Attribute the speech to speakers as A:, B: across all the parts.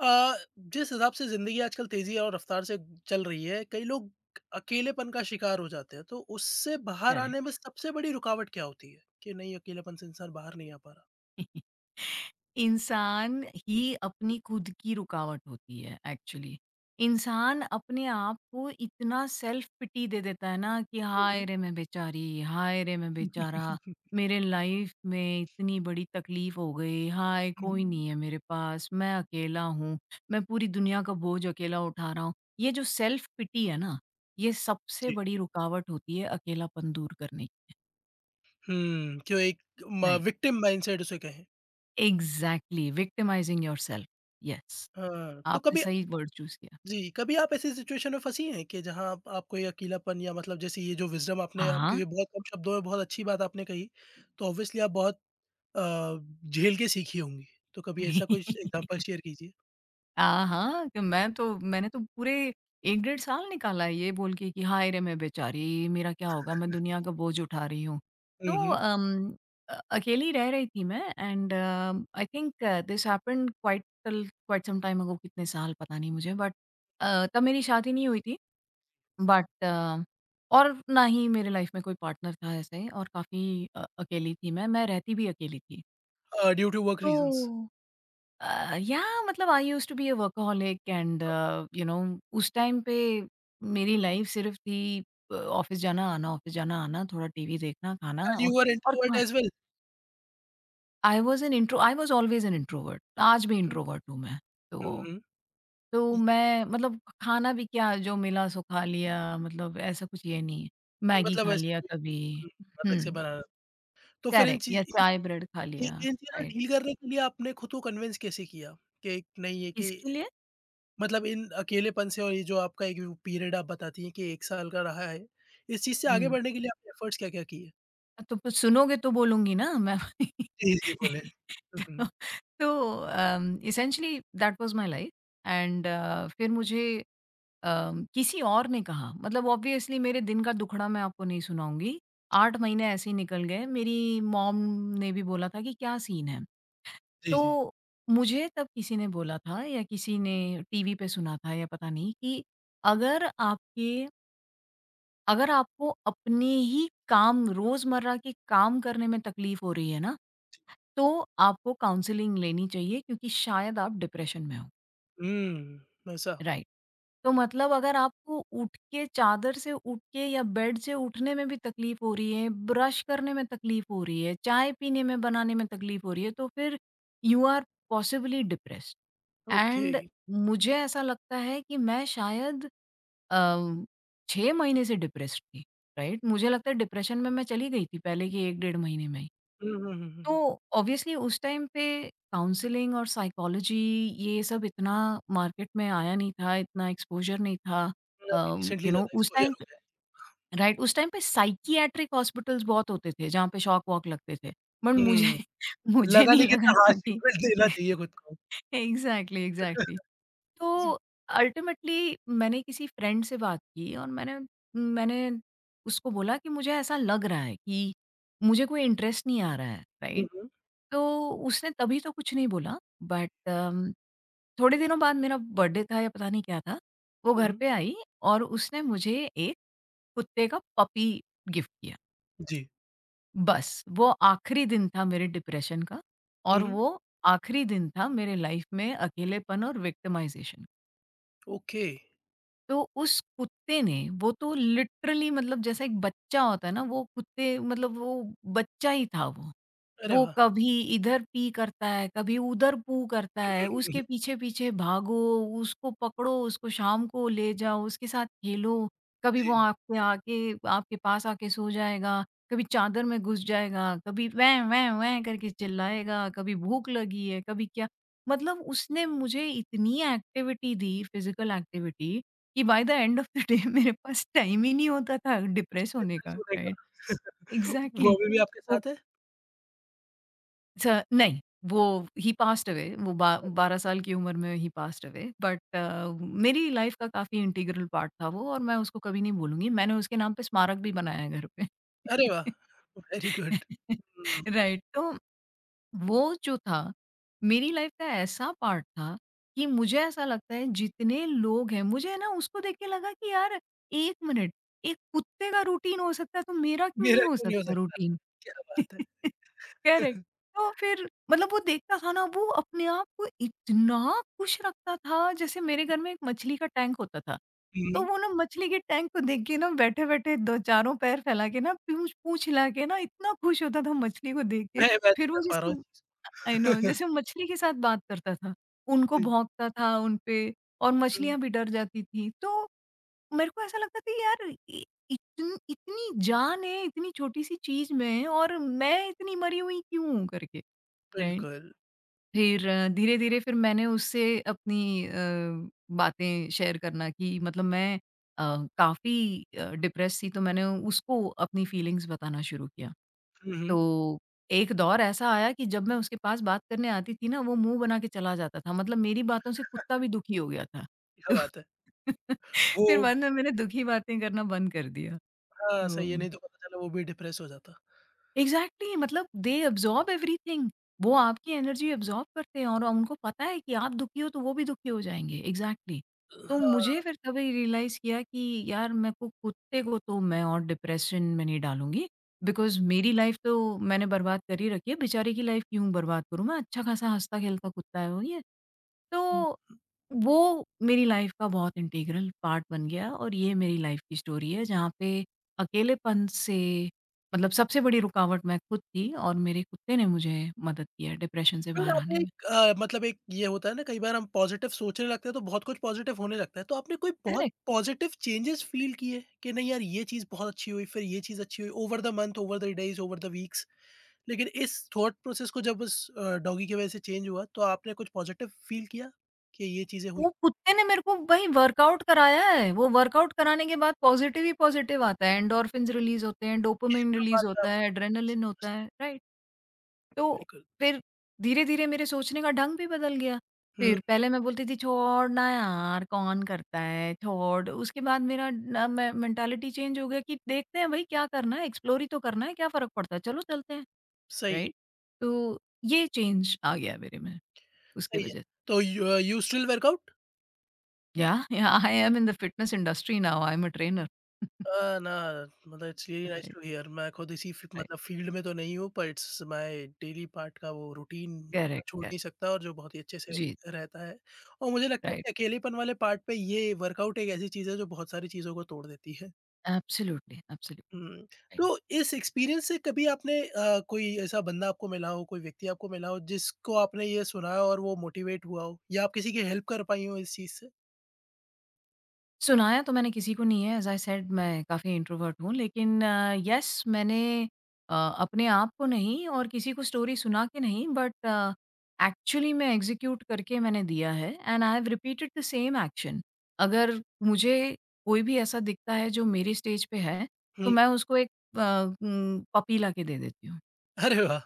A: अ, जिस हिसाब से ज़िंदगी आजकल तेज़ी और रफ़्तार से चल रही है, कई लोग अकेलेपन का शिकार हो जाते हैं, तो उससे बाहर
B: करेक्ट।
A: आने में सबसे बड़ी रुकावट क्या होती है? कि नहीं, अकेलेपन से इंसान बाहर नहीं आ पा रहा?
B: इंसान ही अपनी खुद की रुकावट होती है एक्चुअली। इंसान अपने आप को इतना सेल्फ पिटी दे देता है ना कि
A: हुँ, हुँ।
B: हाय रे मैं बेचारी, हाय रे मैं बेचारा, मेरे लाइफ में इतनी बड़ी तकलीफ हो गई, हाय
A: हुँ।
B: कोई नहीं है मेरे पास, मैं अकेला हूँ, मैं पूरी दुनिया का बोझ अकेला उठा रहा हूँ। ये जो सेल्फ पिटी है ना, ये सबसे
A: जी।
B: बड़ी रुकावट होती है अकेलापन दूर करने
A: हुँ, जो एक म
B: की।
A: विक्टिम माइंडसेट उसे कहें।
B: एग्ज़ैक्टली, विक्टिमाइज़िंग योरसेल्फ, यस,
A: हाँ, तो
B: आपने
A: कभी
B: सही वर्ड चूज़ किया।
A: जी, कभी आप ऐसी सिचुएशन में फँसी हैं कि जहाँ आप आपको ये अकेलापन या मतलब जैसे ये जो विज़डम आपने आपके
B: हाँ।
A: ये बहुत कम शब्दों में बहुत अच्छी बात आपने कही, तो ऑब्वियसली आप बहुत अ, झेल के सीखी होंगी? तो कभी ऐसा कोई श एग्ज़ाम्पल शेयर कीजिए।
B: हाँ, हाँ, तो मैं तो मैंने तो पूरे 1 डेढ़ साल निकाला है ये बोल के कि हाय रे मैं बेचारी, मेरा क्या होगा? मैं दुनिया का बोझ उठा रही हूँ।
A: हुँ,
B: तो
A: हुँ।
B: अकेली रह रही थी मैं, and I think this happened quite quite some time ago, कितने साल पता नहीं मुझे, बट तब मेरी शादी नहीं हुई थी। बट अ, और ना ही मेरे लाइफ में कोई पार्टनर था ऐसे, और काफ़ी अकेली थी मैं, रहती भी अकेली थी।
A: Due to work reasons
B: oh! Uh, yeah, मतलब I used to be a workaholic, and you know उस टाइम पे मेरी लाइफ सिर्फ़ थी ऑफ़िस जाना, आना, थोड़ा टीवी देखना, खाना
A: एंड
B: औ
A: यू आर
B: और
A: इंट्रोवर्ट
B: कहाँ।
A: As well?
B: I was always an introvert. आज भी
A: हुँ,
B: इंट्रोवर्ट हूँ मैं।
A: हुँ,
B: तो
A: हुँ।
B: तो
A: इ
B: मैं मतलब खाना भी क्या, जो मिला सो खा लिया, मतलब ऐसा कुछ ये नहीं है। मैगी
A: मतलब
B: खा
A: ऐसे
B: लिया
A: कोई
B: कभी,
A: हुँ, अलग से
B: हुँ,
A: बनाना। तो फिर इन
B: करेक्ट,
A: चीज़
B: या
A: इन
B: चाय ब्रेड खा
A: इन
B: लिया,
A: इन चीज़ों
B: राइट।
A: डील करने के लिए आपने खुद को कन्विंस कैसे किया कि एक नहीं है कि
B: किसके लिए?
A: मतलब इन अकेलेपन से और ये जो आपका एक पीरियड आप बताती हैं कि 1 साल का रहा है, इस चीज़ से आगे
B: हुँ,
A: बढ़ने के लिए आपने एफर्ट्स क्या-क्या किए?
B: तो कुछ सुनोगे तो बोलूँगी ना मैं।
A: जी, जी, बोले। हुँ,
B: तो
A: हुँ।
B: तो essentially that was my life, and फिर मुझे किसी और ने कहा, मतलब ऑब्वियसली मेरे दिन का दुखड़ा मैं आपको नहीं सुनाऊँगी।
A: जी,
B: 8 महीने ऐसे ही निकल गए। मेरी मॉम ने भी बोला था कि क्या सीन है?
A: जी, जी।
B: तो मुझे तब किसी ने बोला था या किसी ने टीवी पे सुना था या पता नहीं, कि अगर आपके अगर आपको अपने ही काम, रोज़मर्रा के काम करने में तकलीफ़ हो रही है ना, तो आपको काउंसलिंग लेनी चाहिए, क्योंकि शायद आप डिप्रेशन में हो।
A: हुँ, वैसा।
B: राइट, तो मतलब अगर आपको उठ के चादर से उठ के या बेड से उठने में भी तकलीफ हो रही है, ब्रश करने में तकलीफ हो रही है, चाय पीने में, बनाने में तकलीफ हो रही है, तो फिर you are possibly depressed.
A: Okay.
B: And मुझे ऐसा लगता है कि मैं शायद अ, छः महीने से डिप्रेस्ड थी, राइट? मुझे लगता है डिप्रेशन में मैं चली गई थी पहले के 1 डेढ़ महीने में।
A: हुँ, हुँ, हुँ, हुँ, हुँ।
B: तो ऑब्वियसली उस टाइम पे काउंसलिंग और साइकोलॉजी, ये सब इतना मार्केट में आया नहीं था, इतना एक्सपोज़र नहीं था।
A: मैं अभी रिसेंटली
B: यू नो
A: ज़्यादा
B: उस टाइम
A: एक्सपोज़र
B: पे, राइट, उस टाइम पे साइकियाट्रिक हॉस्पिटल्स बहुत होते थे, जहाँ पे शॉक वॉक लगते थे। बट
A: हूँ।
B: मुझे
A: हुँ,
B: मुझे
A: लगा
B: नहीं
A: लेकिन था।
B: लगा
A: हाँ,
B: था कि
A: सिगरेट देना चाहिए खुद को।
B: Exactly, exactly.
A: जी।
B: तो अल्टीमेटली मैंने किसी फ्रेंड से बात की, और मैंने मैंने उसको बोला कि मुझे ऐसा लग रहा है कि मुझे कोई इंटरेस्ट नहीं आ रहा है,
A: हुँ,
B: राइट?
A: हुँ,
B: तो उसने तभी तो कुछ नहीं बोला, बट थोड़े दिनों बाद मेरा बर्थडे था या पता नहीं क्या था, वो
A: हुँ,
B: घर
A: हुँ,
B: पे आई और उसने मुझे एक कुत्ते का पपी गिफ्ट किया।
A: जी।
B: बस, वो आखिरी दिन था मेरे डिप्रेशन का,
A: हुँ,
B: और
A: हुँ,
B: वो आखिरी दिन था मेरे लाइफ में अकेलेपन और विक्टिमाइज़ेशन।
A: ओके,
B: तो उस कुत्ते ने, वो तो लिटरली मतलब जैसा एक बच्चा होता है ना, वो कुत्ते मतलब वो बच्चा ही था वो।
A: अरे
B: वो
A: वाह!
B: कभी इधर पी करता है, कभी उधर पू करता है, उसके पीछे-पीछे भागो, उसको पकड़ो, उसको शाम को ले जाओ, उसके साथ खेलो। कभी वो
A: जी,
B: आपके पास आके सो जाएगा, कभी चादर में घुस जाएगा, कभी वैं वैं वैं करके चिल्लाएगा, कभी भूख लगी है, कभी क्या। मतलब उसने मुझे इतनी एक्टिविटी दी, फिज़िकल एक्टिविटी, कि by the end of the day मेरे पास टाइम ही नहीं होता था डिप्रेस होने
A: डिफरेंस
B: का,
A: होने का,
B: राइट?
A: वो
B: एग्ज़ैक्टली।
A: अभी भी आपके
B: वो
A: साथ है?
B: स नहीं, वो ही पास्ट अवे वो बा 12 साल की उम्र में ही पास्ट अवे, बट मेरी लाइफ का काफ़ी इंटीग्रल पार्ट था वो, और मैं उसको कभी नहीं भूलूँगी। मैंने उसके नाम पे स्मारक भी बनाया है घर पे।
A: अरे वाह! Very good. हुँ,
B: राइट, तो वो जो था, मेरी लाइफ का ऐसा पार्ट था कि मुझे ऐसा लगता है जितने लोग हैं, मुझे है ना, उसको देख के लगा कि यार 1 मिनट, एक कुत्ते का रूटीन हो सकता है तो मेरा क्यों नहीं
A: मेरा
B: हो
A: क्यों नहीं हो
B: सकता
A: सकता?
B: रूटीन?
A: क्या बात है!
B: करेक्ट। तो फिर मतलब वो देखता था ना, वो अपने आप को इतना खुश रखता था। जैसे मेरे घर में एक मछली का टैंक होता था। तो
A: हुँ,
B: वो ना मछली के टैंक को देख के ना, बैठे-बैठे दो चारों पैर फैला के ना, पूँछ पूँछ हिला के ना, इतना खुश होता था मछली को देख के।
A: मैं इमेजिन
B: फिर
A: कर
B: वो
A: पा रहा हूँ
B: जैसे
A: इस
B: आई नो
A: चीज़ को।
B: जैसे मछली के साथ बात करता था। उनको
A: जी,
B: भौंकता था उन पे, और
A: हुँ,
B: मछलियाँ भी डर जाती थी। तो मेरे को ऐसा लगता था कि यार, इ इतन इतनी जान है इतनी छोटी-सी चीज़ में, और मैं इतनी मरी हुई क्यों हूँ करके, राइट?
A: बिल्कुल।
B: फिर धीरे-धीरे फिर मैंने उससे अपनी बातें शेयर करना, कि मतलब मैं काफ़ी डिप्रेस्ड थी, तो मैंने उसको अपनी फीलिंग्स बताना शुरू किया।
A: हुँ, हुँ,
B: तो एक दौर ऐसा आया कि जब मैं उसके पास बात करने आती थी ना, वो मुँह बना के चला जाता था। मतलब मेरी बातों से कुत्ता भी दुखी हो गया था।
A: क्या बात है! वो
B: फिर बाद में मैंने दुखी बातें करना बंद कर दिया।
A: हाँ,
B: तो
A: सही है, नहीं तो पता चला वो भी डिप्रेस हो जाता।
B: एग्ज़ैक्टली, मतलब दे अब्ज़ॉर्ब एवरीथिंग। वो आपकी एनर्जी अब्ज़ॉर्ब करते हैं, और उनको पता है कि आप दुखी हो तो वो भी दुखी हो जाएँगे। एग्ज़ैक्टली। तो मुझे
A: हाँ।
B: फिर तभी रियलाइज़ किया कि यार, मेरे को कुत्ते को तो मैं और डिप्रेशन में नहीं डालूँगी, बिकॉज़ मेरी लाइफ़ तो मैंने बर्बाद कर ही रखी है, बेचारे की लाइफ़ क्यों बर्बाद करूँ मैं? अच्छा-खासा हँसता-खेलता कुत्ता है वो ये। तो वो मेरी लाइफ़ का बहुत इंटीग्रल पार्ट बन गया, और ये मेरी लाइफ़ की स्टोरी है जहाँ पे अकेलेपन से मतलब सबसे बड़ी रुकावट मैं खुद थी, और मेरे कुत्ते ने मुझे मदद की है डिप्रेशन से
A: फिर
B: बाहर
A: आपने
B: आने में।
A: एक मतलब एक ये होता है ना कई बार हम पॉजिटिव सोचने लगते हैं तो बहुत कुछ पॉजिटिव होने लगता है। तो आपने कोई बहुत
B: करेक्ट,
A: पॉजिटिव चेंजेस फ़ील किए कि नहीं यार ये चीज़ बहुत अच्छी हुई, फिर ये चीज़ अच्छी हुई over the month, over the days, over the weeks लेकिन इस थॉट प्रोसेस को जब उस डॉगी की वज़ह से चेंज हुआ तो आपने कुछ पॉजिटिव फ़ील किया कि ये चीज़ें हुई?
B: वो कुत्ते ने मेरे को भाई वर्कआउट कराया है, वो वर्कआउट कराने के बाद पॉज़िटिव ही पॉज़िटिव आता है, एंडोर्फिन्स रिलीज़ होते हैं,
A: ये
B: डोपामाइन
A: तो बात
B: रिलीज़
A: मैं
B: होता
A: आपकी
B: है,
A: बहुत अच्छे
B: एड्रेनालिन
A: से
B: होता
A: समझ
B: है, राइट। तो
A: बिल्कुल।
B: फिर धीरे-धीरे मेरे सोचने का ढंग भी बदल गया।
A: हुँ,
B: फिर पहले मैं बोलती थी छोड़ ना यार, कौन करता है, छोड़। उसके बाद मेरा ना मैं मेंटालिटी चेंज हो गया कि देखते हैं भई क्या करना है, एक्सप्लोर ही तो करना है, क्या फ़र्क पड़ता है, चलो चलते हैं,
A: सही,
B: राइट? तो ये चेंज आ गया मेरे में उसकी
A: सही है।
B: वजह से।
A: तो you you still work out?
B: या I am in the fitness industry now, I am a trainer.
A: Uh, ना मतलब it's really nice
B: right,
A: to hear. मैं खुद इसी फ़ी
B: राइट।
A: मतलब फ़ील्ड में तो नहीं हूँ, पर इट्स माय डेली पार्ट का वो रूटीन मैं
B: करेक्ट,
A: छोड़
B: करेक्ट।
A: नहीं सकता और जो बहुत ही अच्छे से
B: जी,
A: रहता है। और मुझे लगता है
B: राइट।
A: कि अकेलेपन वाले पार्ट पे ये वर्कआउट एक ऐसी चीज़ है जो बहुत सारी चीज़ों को तोड़ देती है।
B: Absolutely, absolutely.
A: हुँ। तो इस एक्सपीरियंस से कभी आपने कोई ऐसा बंदा आपको मिला हो, कोई व्यक्ति आपको मिला हो जिसको आपने ये सुना हो और वो मोटिवेट हुआ हो? या आप किसी की हेल्प कर पाई हो इस चीज़ से?
B: सुनाया तो मैंने किसी को नहीं है, एज़ आई सेड मैं काफ़ी इंट्रोवर्ट हूँ, लेकिन येस मैंने अपने आप को नहीं, और किसी को स्टोरी सुना के नहीं, बट एक्चुअली मैं एग्ज़ीक्यूट करके मैंने दिया है, and I have repeated the same action. अगर मुझे कोई भी ऐसा दिखता है जो मेरे स्टेज पे है, तो
A: हुँ।
B: मैं उसको एक पपी लाके दे देती हूँ,
A: अरे वाह!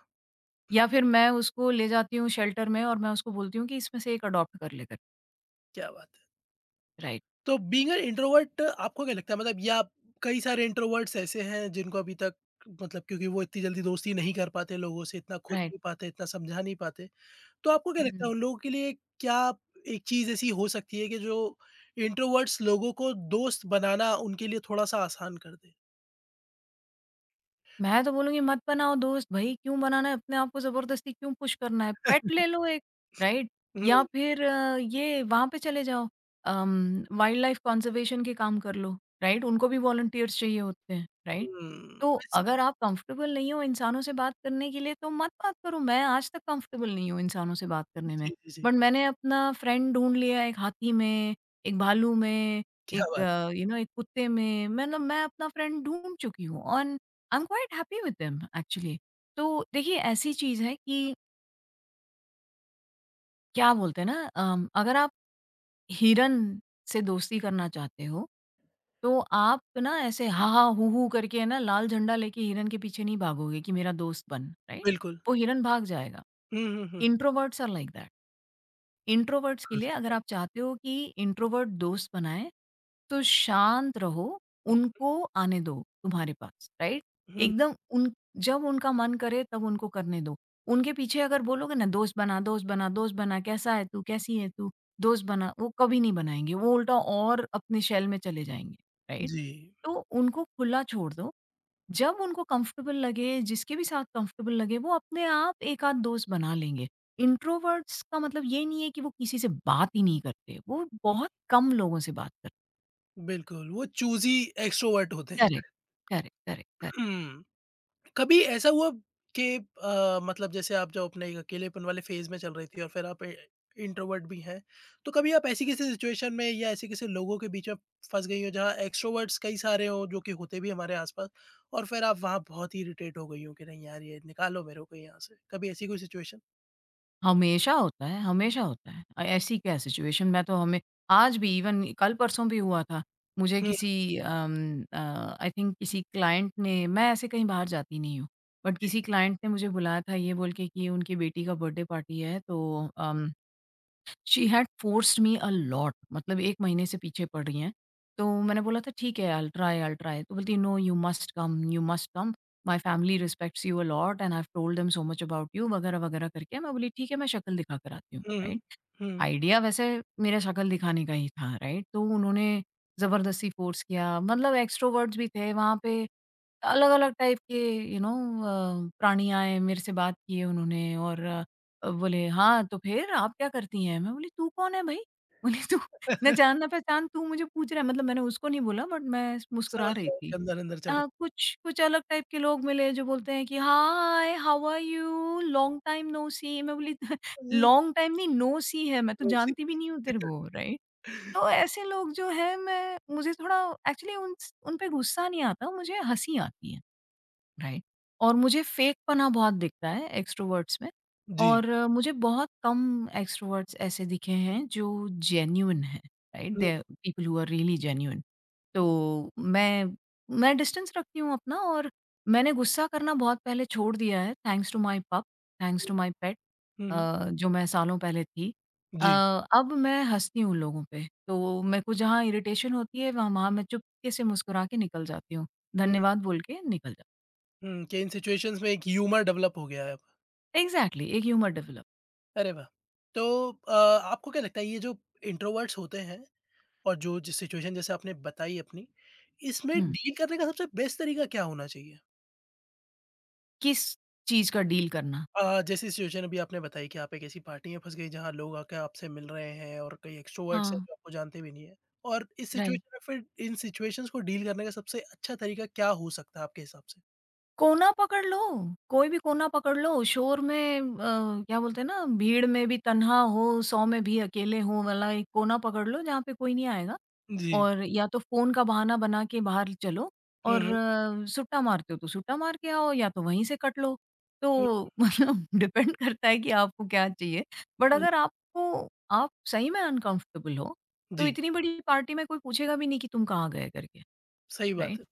B: या फिर मैं उसको ले जाती हूँ शेल्टर में, और मैं उसको बोलती हूँ कि इसमें से एक अडॉप्ट कर ले कर।
A: क्या बात है।
B: राइट,
A: तो बीइंग एन इंट्रोवर्ट आपको क्या लगता है मतलब या कई सारे इंट्रोवर्ट्स ऐसे हैं जिनको अभी तक मतलब क्योंकि वो इतनी जल्दी दोस्ती नहीं कर पाते लोगों से इतना खुल
B: राइट।
A: नहीं पाते इतना समझा नहीं पाते तो आपको क्या लगता
B: हुँ।
A: है उन लोगों के लिए क्या एक चीज ऐसी हो सकती है कि जो इंट्रोवर्ट्स लोगों को दोस्त बनाना उनके लिए थोड़ा सा आसान कर दे।
B: मैं तो बोलूँगी मत बनाओ दोस्त भाई, क्यों बनाना है? अपने आप को ज़बरदस्ती क्यों पुश करना है? पेट ले लो एक, राइट? या
A: हम्म,
B: फिर ये वहाँ पे चले जाओ, वाइल्ड लाइफ कंज़र्वेशन के काम कर लो, राइट? उनको भी वॉलंटियर्स चाहिए होते हैं, राइट? तो
A: बस-
B: अगर आप कंफर्टेबल नहीं हो इंसानों से बात करने के लिए तो मत बात करो। मैं आज तक कंफर्टेबल नहीं हूँ इंसानों से बात
A: जी
B: करने में।
A: जी जी
B: बट मैंने अपना फ्रेंड ढूँढ लिया एक हाथी में, एक भालू में,
A: क्या
B: एक
A: बात
B: यू नो एक कुत्ते में, मतलब मैं अपना फ्रेंड ढूँढ चुकी हूँ, and I am quite happy with them actually. तो देखिए ऐसी चीज़ है कि क्या बोलते हैं ना, अगर आप हिरन से दोस्ती करना चाहते हो, तो आप ना ऐसे हा, हा, हू, हू करके, ना लाल झंडा लेके हिरन के पीछे नहीं भागोगे कि मेरा दोस्त बन, राइट?
A: बिल्कुल।
B: वो हिरन भाग जाएगा।
A: Hmm hmm
B: introverts are like that. Introverts के
A: हम्म
B: लिए अगर आप चाहते हो कि इंट्रोवर्ट दोस्त बनाएँ, तो शांत रहो, उनको आने दो तुम्हारे पास, राइट?
A: हम्म,
B: एकदम उन जब उनका मन करे तब उनको करने दो। उनके पीछे अगर बोलोगे ना दोस्त बना, दोस्त बना, दोस्त बना, कैसा है तू? कैसी है तू? दोस्त बना, वो कभी नहीं बनाएँगे, वो उल्टा और अपने शेल में चले जाएँगे, राइट?
A: जी
B: तो उनको खुला छोड़ दो। जब उनको कंफर्टेबल लगे, जिसके भी साथ कंफर्टेबल लगे, वो अपने आप 1 आध दोस्त बना लेंगे। इंट्रोवर्ट्स का मतलब ये नहीं है कि वो किसी से बात ही नहीं करते, वो बहुत कम लोगों से बात करते।
A: बिल्कुल वो चूजी एक्सट्रोवर्ट होते हैं।
B: Correct, correct.
A: हम्म कभी ऐसा हुआ कि मतलब जैसे आप जब अपने एक अकेलेपन वाले फेज में चल रही थी और फिर आप इंट्रोवर्ट भी हैं तो कभी आप ऐसी किसी सिचुएशन में या ऐसे किसी लोगों के बीच में फंस गई हो जहाँ एक्सट्रोवर्ट्स कई सारे हो जो कि होते भी हमारे आसपास और फिर आप वहाँ बहुत ही इरिटेट हो गई हो कि नहीं यार ये निकालो मेरे को यहाँ से कभी ऐसी कोई सिचुएशन।
B: हमेशा होता है, हमेशा होता है। ऐसी क्या सिचुएशन, मैं तो हमें आज भी, इवन कल परसों भी हुआ था। मुझे
A: हम्म
B: किसी आई थिंक किसी क्लाइंट ने, मैं ऐसे कहीं बाहर जाती नहीं हूँ, बट किसी क्लाइंट ने मुझे बुलाया था ये बोल के कि उनकी बेटी का बर्थडे पार्टी है। तो um she had forced me a lot, मतलब 1 महीने से पीछे पड़ रही हैं। तो मैंने बोला था ठीक है, I will try, I will try. तो बोलती है, no you must come, my family respects you a lot and I have told them so much about you वगैरह-वगैरह करके। मैं बोली ठीक है, मैं शक्ल दिखा कर आती हूँ,
A: हम्म
B: राइट?
A: हम्म
B: आइडिया वैसे मेरा शक्ल दिखाने का ही था, राइट? तो उन्होंने ज़बरदस्ती फोर्स किया, मतलब एक्स्ट्रोवर्ट्स भी थे वहाँ पे, अलग-अलग टाइप के, यू नो, प्राणी आए, मेरे से बात किए उन्होंने और बोले, "हाँ, तो फिर आप क्या करती हैं?" मैं बोली, "तू कौन है भई?" बोले, "तू ना जान ना पहचान, तू मुझे पूछ रहा है।" मतलब मैंने उसको नहीं बोला, बट मैं मुस्कुरा
A: समझ
B: रही
A: रहे हो
B: थी।
A: कि अंदर अंदर चल रहा
B: कुछ कुछ अलग टाइप के लोग मिले जो बोलते हैं कि, "hi, how are you? Long time no see." मैं बोली,
A: है।
B: "लॉन्ग टाइम नहीं, नो सी है, मैं तो
A: रोसी।
B: जानती भी नहीं हूँ तेरे को।" राइट? तो ऐसे लोग जो हैं, मैं मुझे थोड़ा एक्चुअली उन उन पे गुस्सा नहीं आता, मुझे हँसी आती है। राइट। और मुझे फेकपना बहुत दिखता है एक्सट्रोवर्ट्स में।
A: जी
B: और मुझे बहुत कम एक्सट्रोवर्ट्स ऐसे दिखे हैं जो जेन्युइन हैं। Right,
A: hmm
B: the people who are really genuine. तो मैं डिस्टेंस रखती हूँ अपना। और मैंने गुस्सा करना बहुत पहले छोड़ दिया है, thanks to my pup, thanks to my pet,
A: hmm,
B: जो मैं सालों पहले थी। अ,
A: जी
B: अब मैं हंसती हूँ लोगों पे। तो मेरे को जहाँ इरिटेशन होती है, वहाँ वहाँ मैं चुपके से मुस्कुरा के निकल जाती हूँ,
A: हम्म
B: धन्यवाद बोल के निकल जाती हूँ।
A: कि इन सिचुएशंस में एक ह्यूमर डेवलप हो गया है।
B: एग्ज़ैक्टली, एक ह्यूमर डेवलप।
A: अरे वाह! तो आपको क्या लगता है ये जो इंट्रोवर्ट्स होते हैं और जो जिस सिचुएशन जैसे आपने बताई अपनी, इसमें
B: हुँ।
A: डील करने का सबसे बेस्ट तरीका क्या होना चाहिए?
B: किस चीज़ का डील करना?
A: जैसी सिचुएशन अभी आपने बताई कि आप एक ऐसी पार्टी में फँस गई जहाँ लोग आके आपसे मिल रहे हैं और कई एक्स्ट्रोवर्ट्स हैं
B: हाँ,
A: जो आपको जानते भी नहीं हैं। और इस
B: राइट।
A: सिचुएशन में फिर इन सिचुएशंस को डील करने का सबसे अच्छा तरीका क्या हो सकता है आपके हिसाब से?
B: कोना पकड़ लो, कोई भी कोना पकड़ लो, शोर में, क्या बोलते हैं ना, भीड़ में भी तन्हा हो, 100 में भी अकेले हो वाला एक कोना पकड़ लो, जहाँ पे कोई नहीं आएगा।
A: जी।
B: और या तो फ़ोन का बहाना बना के बाहर चलो,
A: हुँ,
B: और
A: हुँ।
B: सुट्टा मारते हो तो सुट्टा मार के आओ, या तो वहीं से कट लो।
A: हुँ,
B: तो मतलब डिपेंड करता है कि आपको क्या चाहिए। बट
A: हुँ।
B: अगर आपको, आप सही में अनकंफर्टेबल हो, तो
A: जी,
B: इतनी बड़ी पार्टी में कोई पूछेगा भी नहीं कि तुम कहाँ गए करके,
A: सही बात
B: राइट?
A: है।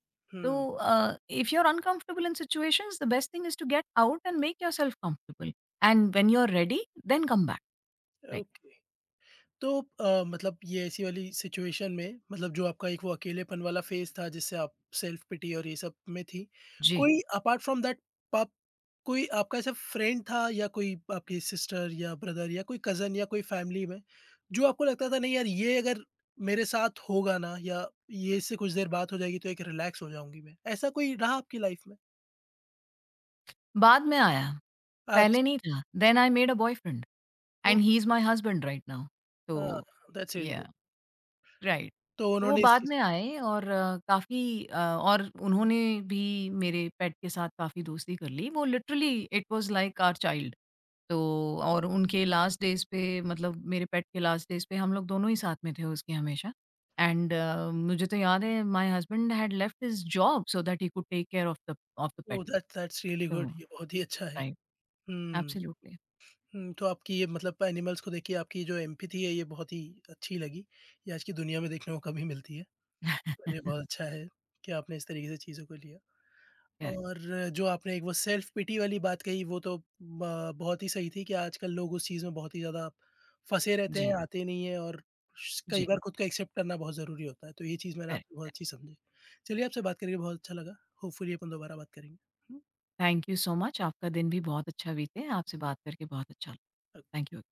B: तो
A: हुँ,
B: if you are uncomfortable in situations, the best thing is to get out and make yourself comfortable, and when you are ready then come back, right?
A: Okay. तो मतलब ये ऐसी वाली सिचुएशन में मतलब जो आपका एक वो अकेलेपन वाला फेज़ था जिससे आप सेल्फ पिटी और ये सब में थी।
B: जी,
A: कोई अपार्ट फ्रॉम दैट पब कोई आपका ऐसा फ्रेंड था या कोई आपकी सिस्टर या ब्रदर या कोई कज़न या कोई फैमिली में, जो आपको लगता था नहीं यार ये अगर मेरे साथ होगा ना या ये इससे कुछ देर बात हो जाएगी तो एक रिलैक्स हो जाऊँगी मैं। ऐसा कोई रहा आपकी लाइफ़ में?
B: बाद में आया, पहले
A: अच्छा
B: नहीं था, then I made a boyfriend. And
A: okay
B: he is my husband right now.
A: Uh,
B: तो,
A: that's really good.
B: Yeah, right.
A: तो
B: तो वो
A: उन्होंने इस
B: बाद
A: चीज़
B: में
A: को
B: आए और काफ़ी और उन्होंने भी मेरे पेट के साथ काफ़ी दोस्ती कर ली। वो literally, it was like our child. तो और उनके लास्ट डेज़ पे, मतलब मेरे पेट के लास्ट डेज़ पे, हम लोग दोनों ही साथ में थे उसके, हमेशा। एंड मुझे तो याद है, my husband had left his job so that he could take care of the pet.
A: Oh! That's that's really
B: तो
A: गुड ये बहुत ही अच्छा है।
B: राइट,
A: हुँ।
B: एब्सोल्युटली।
A: हुँ, तो आपकी ये मतलब एनिमल्स को देख के आपकी जो एम्पैथी है ये बहुत ही अच्छी लगी। ये आज की दुनिया में देखने को कम ही मिलती है। और ये बहुत अच्छा है कि आपने इस तरीके से चीज़ों को लिया।
B: करेक्ट।
A: और जो आपने एक वो सेल्फ पिटी वाली बात कही वो तो ब बहुत ही सही थी कि आजकल लोग उस चीज़ में बहुत ही ज़्यादा फँसे रहते हैं,
B: जी।
A: आते नहीं हैं और श कई
B: जी।
A: बार खुद को एक्सेप्ट करना बहुत ज़रूरी होता है। तो ये चीज़ मैंने आपकी
B: करेक्ट।
A: बहुत अच्छी समझी। चलिए आपसे बात करके बहुत अच्छा लगा। होपफुली अपन दोबारा बात करेंगे। हुँ,
B: थैंक यू सो मच। आपका दिन भी बहुत अच्छा बीते। आपसे बात करके बहुत अच्छा लगा।
A: ओके।
B: Thank you.